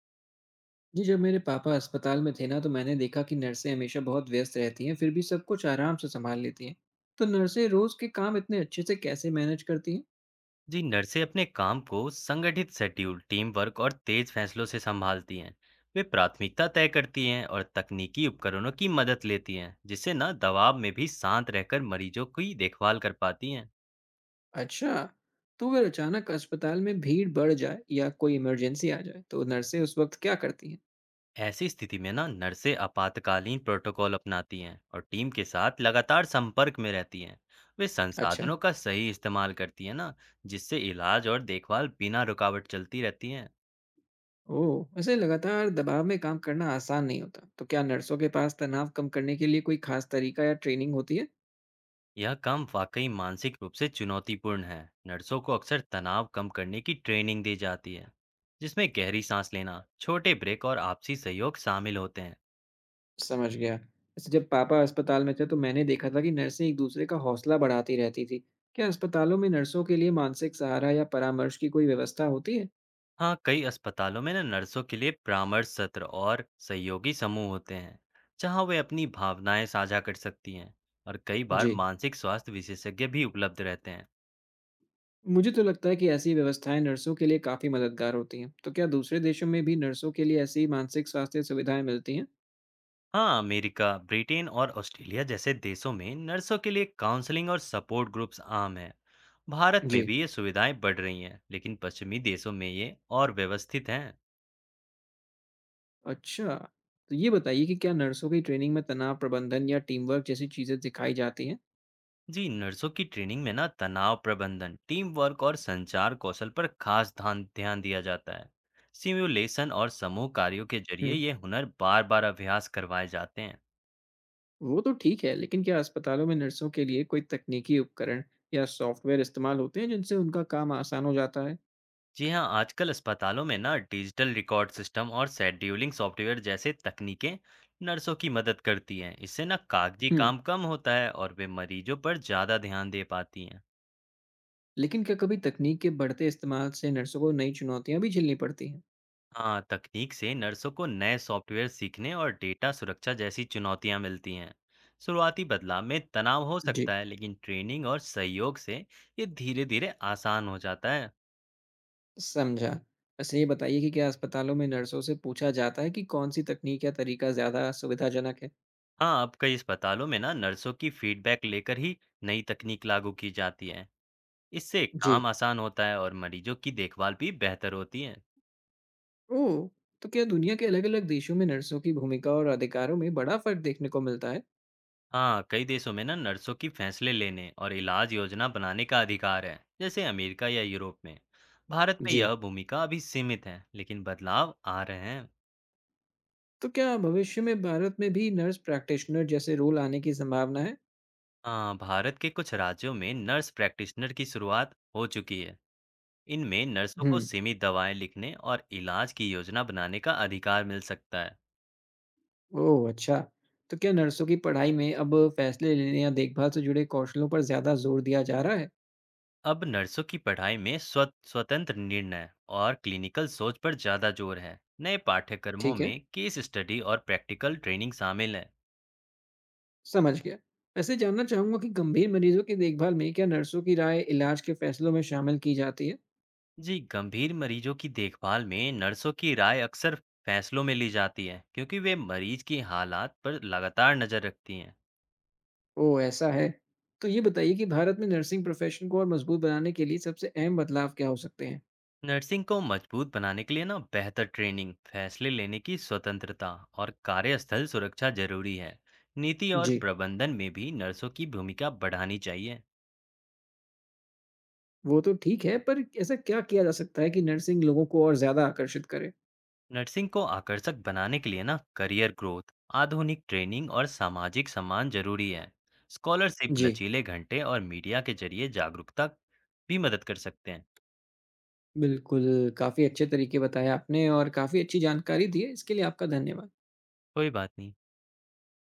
जी, जब मेरे पापा अस्पताल में थे ना तो मैंने देखा कि नर्सें हमेशा बहुत व्यस्त रहती हैं, फिर भी सब कुछ आराम से संभाल लेती हैं। तो नर्सें रोज के काम इतने अच्छे से कैसे मैनेज करती हैं? जी नर्सें अपने काम को संगठित शेड्यूल, टीम वर्क और तेज फैसलों से संभालती हैं। वे प्राथमिकता तय करती हैं और तकनीकी उपकरणों की मदद लेती हैं, जिससे ना दबाव में भी शांत रहकर मरीजों की देखभाल कर पाती हैं। अच्छा, तो अगर अचानक अस्पताल में भीड़ बढ़ जाए या कोई इमरजेंसी आ जाए, तो नर्सें उस वक्त क्या करती हैं? ऐसी स्थिति में ना नर्सें आपातकालीन प्रोटोकॉल अपनाती हैं और टीम के साथ लगातार संपर्क में रहती हैं। वे अच्छा। संसाधनों का सही इस्तेमाल करती हैं ना, जिससे इलाज और देखभाल बिना रुकावट चलती रहती हैं। ओह, ऐसे लगातार दबाव में काम करना आसान नहीं होता। तो क्या नर्सों के पास तनाव कम करने के लिए कोई खास तरीका या ट्रेनिंग होती है? यह काम वाकई मानसिक रूप से चुनौतीपूर्ण है। नर्सों को अक्सर तनाव कम करने की ट्रेनिंग दी जाती है, जिसमें गहरी सांस लेना, छोटे ब्रेक और आपसी सहयोग शामिल होते हैं। समझ गया। वैसे जब पापा अस्पताल में थे तो मैंने देखा था कि नर्सें एक दूसरे का हौसला बढ़ाती रहती थी। क्या अस्पतालों में नर्सों के लिए मानसिक सहारा या परामर्श की कोई व्यवस्था होती है? हाँ, कई अस्पतालों में ना नर्सों के लिए परामर्श सत्र और सहयोगी समूह होते हैं, जहाँ वे अपनी भावनाएं साझा कर सकती हैं और कई बार जी। मानसिक स्वास्थ्य विशेषज्ञ भी उपलब्ध रहते हैं। मुझे तो लगता है कि ऐसी व्यवस्थाएं नर्सों के लिए काफ़ी मददगार होती हैं। तो क्या दूसरे देशों में भी नर्सों के लिए ऐसी मानसिक स्वास्थ्य सुविधाएं मिलती हैं? हाँ, अमेरिका, ब्रिटेन और ऑस्ट्रेलिया जैसे देशों में नर्सों के लिए काउंसलिंग और सपोर्ट ग्रुप्स आम हैं। भारत में जी। भी ये सुविधाएं बढ़ रही हैं, लेकिन पश्चिमी देशों में ये और व्यवस्थित हैं। अच्छा। तो ये बताइए कि क्या नर्सों की ट्रेनिंग में तनाव प्रबंधन या टीम वर्क जैसी चीज़ें सिखाई जाती हैं? जी, नर्सों की ट्रेनिंग में ना तनाव प्रबंधन, टीम वर्क और संचार कौशल पर खास ध्यान ध्यान दिया जाता है। सिमुलेशन और समूह कार्यों के जरिए हुँ। ये हुनर बार बार अभ्यास करवाए जाते हैं। वो तो ठीक है, लेकिन क्या अस्पतालों में नर्सों के लिए कोई तकनीकी उपकरण या सॉफ्टवेयर इस्तेमाल होते हैं जिनसे उनका काम आसान हो जाता है? जी हाँ, आजकल अस्पतालों में ना डिजिटल रिकॉर्ड सिस्टम और शेड्यूलिंग सॉफ्टवेयर जैसे तकनीकें नर्सों की मदद करती हैं। इससे ना कागजी हुँ, काम कम होता है और वे मरीजों पर ज़्यादा ध्यान दे पाती हैं। लेकिन क्या कभी तकनीक के बढ़ते इस्तेमाल से नर्सों को नई चुनौतियाँ भी झेलनी पड़ती हैं? हाँ, तकनीक से नर्सों को नए सॉफ्टवेयर सीखने और डेटा सुरक्षा जैसी चुनौतियाँ मिलती हैं। शुरुआती बदलाव में तनाव हो जी। सकता है, लेकिन ट्रेनिंग और सहयोग से ये धीरे धीरे आसान हो जाता है। समझा। वैसे ये बताइए कि क्या अस्पतालों में नर्सों से पूछा जाता है कि कौन सी तकनीक या तरीका ज़्यादा सुविधाजनक है? हाँ, अब कई अस्पतालों में ना नर्सों की फीडबैक लेकर ही नई तकनीक लागू की जाती है। इससे जी। काम आसान होता है और मरीजों की देखभाल भी बेहतर होती है। ओह! तो क्या दुनिया के अलग-अलग देशों में नर्सों की भूमिका और अधिकारों में बड़ा फ़र्क देखने को मिलता है? हाँ, कई देशों में ना नर्सों की फैसले लेने और इलाज योजना बनाने का अधिकार है, जैसे अमेरिका या यूरोप में। भारत में जी। यह भूमिका अभी सीमित है, लेकिन बदलाव आ रहे हैं। तो क्या भविष्य में भारत में भी नर्स प्रैक्टिशनर जैसे रोल आने की संभावना है? हाँ, भारत के कुछ राज्यों में नर्स प्रैक्टिशनर की शुरुआत हो चुकी है। इनमें नर्सों हुँ। को सीमित दवाएं लिखने और इलाज की योजना बनाने का अधिकार मिल सकता है। ओह! अच्छा। तो क्या नर्सों की पढ़ाई में अब फैसले लेने या देखभाल से जुड़े कौशलों पर ज़्यादा जोर दिया जा रहा है? अब नर्सों की पढ़ाई में स्वतंत्र निर्णय और क्लिनिकल सोच पर ज़्यादा जोर है। नए पाठ्यक्रमों ठीक है, में केस स्टडी और प्रैक्टिकल ट्रेनिंग शामिल है। समझ गया। वैसे जानना चाहूँगा कि गंभीर मरीजों की देखभाल में क्या नर्सों की राय इलाज के फैसलों में शामिल की जाती है? जी, गंभीर मरीजों की देखभाल में नर्सों की राय अक्सर फैसलों में ली जाती है, क्योंकि वे मरीज की हालात पर लगातार नज़र रखती हैं। ओह! ऐसा है। तो ये बताइए कि भारत में नर्सिंग प्रोफ़ेशन को और मज़बूत बनाने के लिए सबसे अहम बदलाव क्या हो सकते हैं? नर्सिंग को मजबूत बनाने के लिए ना बेहतर ट्रेनिंग, फैसले लेने की स्वतंत्रता और कार्यस्थल सुरक्षा जरूरी है। नीति और जी, प्रबंधन में भी नर्सों की भूमिका बढ़ानी चाहिए। वो तो ठीक है, पर ऐसा क्या किया जा सकता है कि नर्सिंग लोगों को और ज़्यादा आकर्षित करे? नर्सिंग को आकर्षक बनाने के लिए ना करियर ग्रोथ, आधुनिक ट्रेनिंग और सामाजिक सम्मान जरूरी है। स्कॉलरशिप, जी, लचीले घंटे और मीडिया के जरिए जागरूकता भी मदद कर सकते हैं। बिल्कुल, काफ़ी अच्छे तरीके बताए आपने और काफ़ी अच्छी जानकारी दी है, इसके लिए आपका धन्यवाद। कोई बात नहीं।